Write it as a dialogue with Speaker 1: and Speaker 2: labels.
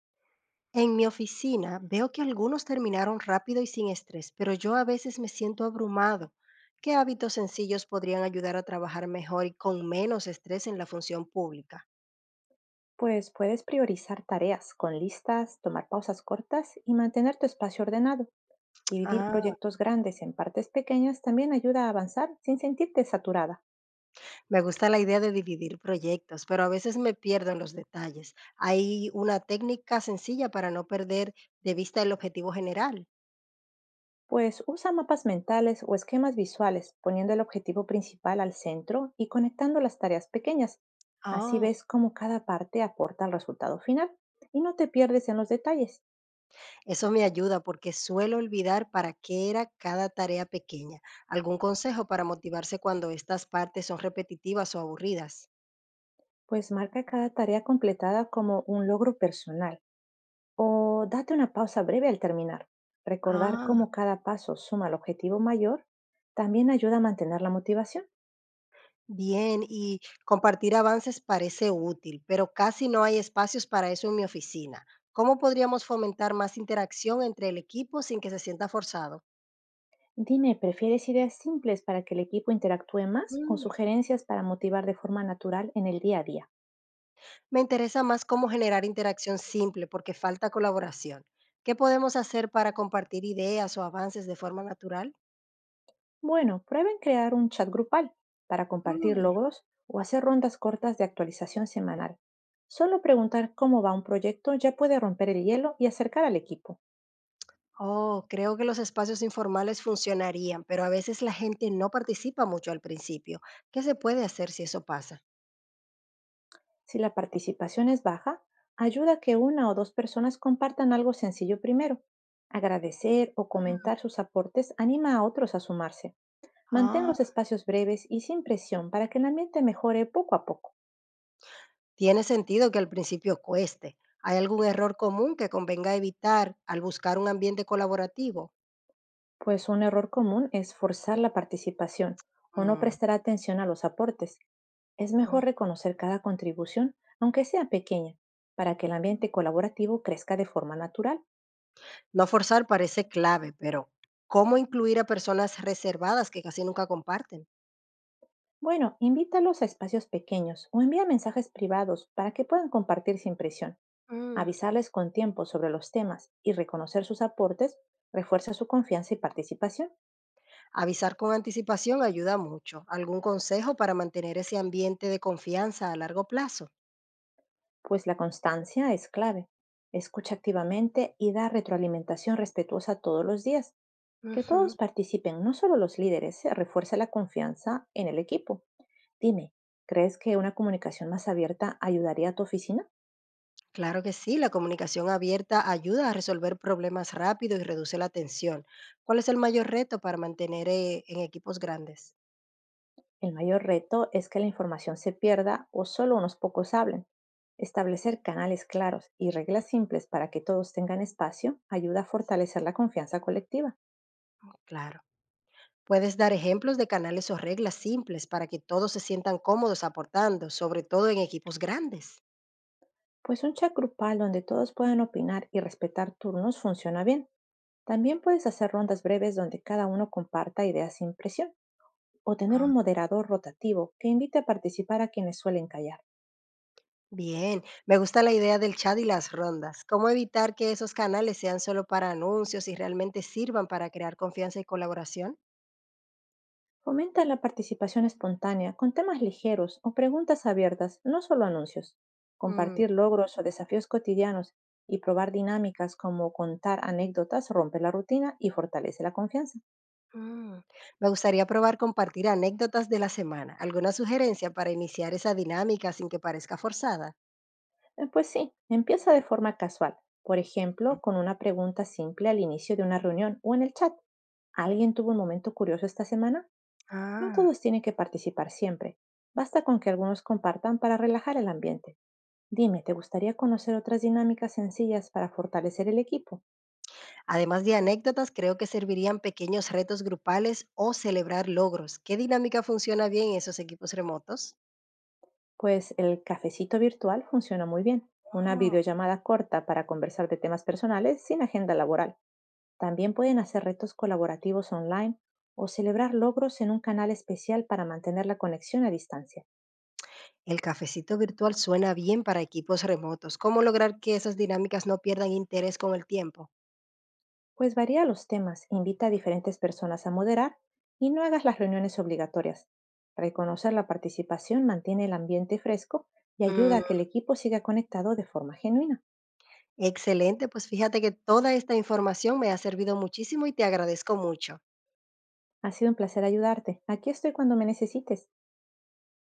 Speaker 1: En mi oficina veo que algunos terminaron rápido y sin estrés, pero yo a veces me siento abrumado. ¿Qué hábitos sencillos podrían ayudar a trabajar mejor y con menos estrés en la función pública?
Speaker 2: Pues puedes priorizar tareas con listas, tomar pausas cortas y mantener tu espacio ordenado. Dividir
Speaker 1: Ah,
Speaker 2: proyectos grandes en partes pequeñas también ayuda a avanzar sin sentirte saturada.
Speaker 1: me gusta la idea de dividir proyectos, pero a veces me pierdo en los detalles. Hay una técnica sencilla para no perder de vista el objetivo general.
Speaker 2: Pues usa mapas mentales o esquemas visuales, poniendo el objetivo principal al centro y conectando las tareas pequeñas. Así
Speaker 1: Ah.
Speaker 2: ves cómo cada parte aporta al resultado final y no te pierdes en los detalles,
Speaker 1: Eso me ayuda porque suelo olvidar para qué era cada tarea pequeña. ¿Algún consejo para motivarse cuando estas partes son repetitivas o aburridas?
Speaker 2: pues marca cada tarea completada como un logro personal. O date una pausa breve al terminar. Recordar
Speaker 1: Ah,
Speaker 2: cómo cada paso suma al objetivo mayor también ayuda a mantener la motivación.
Speaker 1: bien, y compartir avances parece útil, pero casi no hay espacios para eso en mi oficina. ¿Cómo podríamos fomentar más interacción entre el equipo sin que se sienta forzado?
Speaker 2: Dime, ¿prefieres ideas simples para que el equipo interactúe más o
Speaker 1: Mm,
Speaker 2: sugerencias para motivar de forma natural en el día a día?
Speaker 1: Me interesa más cómo generar interacción simple porque falta colaboración. ¿Qué podemos hacer para compartir ideas o avances de forma natural?
Speaker 2: Bueno, prueben crear un chat grupal para compartir
Speaker 1: Mm.
Speaker 2: logros o hacer rondas cortas de actualización semanal. Solo preguntar cómo va un proyecto ya puede romper el hielo y acercar al equipo.
Speaker 1: Oh, creo que los espacios informales funcionarían, pero a veces la gente no participa mucho al principio. ¿Qué se puede hacer si eso pasa?
Speaker 2: Si la participación es baja, ayuda a que una o dos personas compartan algo sencillo primero. Agradecer o comentar sus aportes anima a otros a sumarse. Mantén
Speaker 1: Ah,
Speaker 2: los espacios breves y sin presión para que el ambiente mejore poco a poco,
Speaker 1: tiene sentido que al principio cueste. ¿Hay algún error común que convenga evitar al buscar un ambiente colaborativo?
Speaker 2: pues un error común es forzar la participación o no
Speaker 1: Mm,
Speaker 2: prestar atención a los aportes. Es mejor
Speaker 1: ujú.
Speaker 2: reconocer cada contribución, aunque sea pequeña, para que el ambiente colaborativo crezca de forma natural.
Speaker 1: No forzar parece clave, pero ¿cómo incluir a personas reservadas que casi nunca comparten?
Speaker 2: Bueno, invítalos a espacios pequeños o envía mensajes privados para que puedan compartir sin presión.
Speaker 1: Mm,
Speaker 2: Avisarles con tiempo sobre los temas y reconocer sus aportes refuerza su confianza y participación,
Speaker 1: Avisar con anticipación ayuda mucho. ¿Algún consejo para mantener ese ambiente de confianza a largo plazo?
Speaker 2: pues la constancia es clave. Escucha activamente y da retroalimentación respetuosa todos los días. Que
Speaker 1: Ujú,
Speaker 2: todos participen, no solo los líderes, refuerza la confianza en el equipo. Dime, ¿crees que una comunicación más abierta ayudaría a tu oficina?
Speaker 1: claro que sí, la comunicación abierta ayuda a resolver problemas rápido y reduce la tensión. ¿Cuál es el mayor reto para mantener en equipos grandes?
Speaker 2: El mayor reto es que la información se pierda o solo unos pocos hablen. Establecer canales claros y reglas simples para que todos tengan espacio ayuda a fortalecer la confianza colectiva,
Speaker 1: Sí, claro. Puedes dar ejemplos de canales o reglas simples para que todos se sientan cómodos aportando, sobre todo en equipos grandes.
Speaker 2: pues un chat grupal donde todos puedan opinar y respetar turnos funciona bien. También puedes hacer
Speaker 1: Mm.
Speaker 2: rondas breves donde cada uno comparta ideas sin presión o tener
Speaker 1: Ah,
Speaker 2: un moderador rotativo que invite a participar a quienes suelen callar.
Speaker 1: bien, me gusta la idea del chat y las rondas. ¿Cómo evitar que esos canales sean solo para anuncios y realmente sirvan para crear confianza y colaboración?
Speaker 2: Fomenta la participación espontánea con temas ligeros o preguntas abiertas, no solo anuncios.
Speaker 1: Mm,
Speaker 2: Compartir logros o desafíos cotidianos y probar dinámicas como contar anécdotas rompe la rutina y fortalece la confianza.
Speaker 1: Mm, Me gustaría probar compartir anécdotas de la semana. ¿Alguna sugerencia para iniciar esa dinámica sin que parezca forzada?
Speaker 2: Pues sí, empieza de forma casual, por
Speaker 1: ¿No?
Speaker 2: ejemplo, con una pregunta simple al inicio de una reunión o en el chat. ¿Alguien tuvo un momento curioso esta semana? No
Speaker 1: Ah.
Speaker 2: todos tienen que participar siempre. Basta con que algunos compartan para relajar el ambiente. Dime, ¿te gustaría conocer otras dinámicas sencillas para fortalecer el equipo?
Speaker 1: Además de anécdotas, creo que servirían pequeños retos grupales o celebrar logros. ¿Qué dinámica funciona bien en esos equipos remotos?
Speaker 2: Pues el cafecito virtual funciona muy bien. Una
Speaker 1: Ah,
Speaker 2: videollamada corta para conversar de temas personales sin agenda laboral. También pueden hacer retos colaborativos online o celebrar logros en un canal especial para mantener la conexión a distancia.
Speaker 1: el cafecito virtual suena bien para equipos remotos. ¿Cómo lograr que esas dinámicas no pierdan interés con el tiempo?
Speaker 2: Pues varía los temas, invita a diferentes personas a moderar y no hagas las reuniones obligatorias. Reconocer la participación mantiene el ambiente fresco y ayuda
Speaker 1: Mm,
Speaker 2: a que el equipo siga conectado de forma genuina.
Speaker 1: Excelente, pues fíjate que toda esta información me ha servido muchísimo y te agradezco mucho.
Speaker 2: Ha sido un placer ayudarte. Aquí estoy cuando me necesites.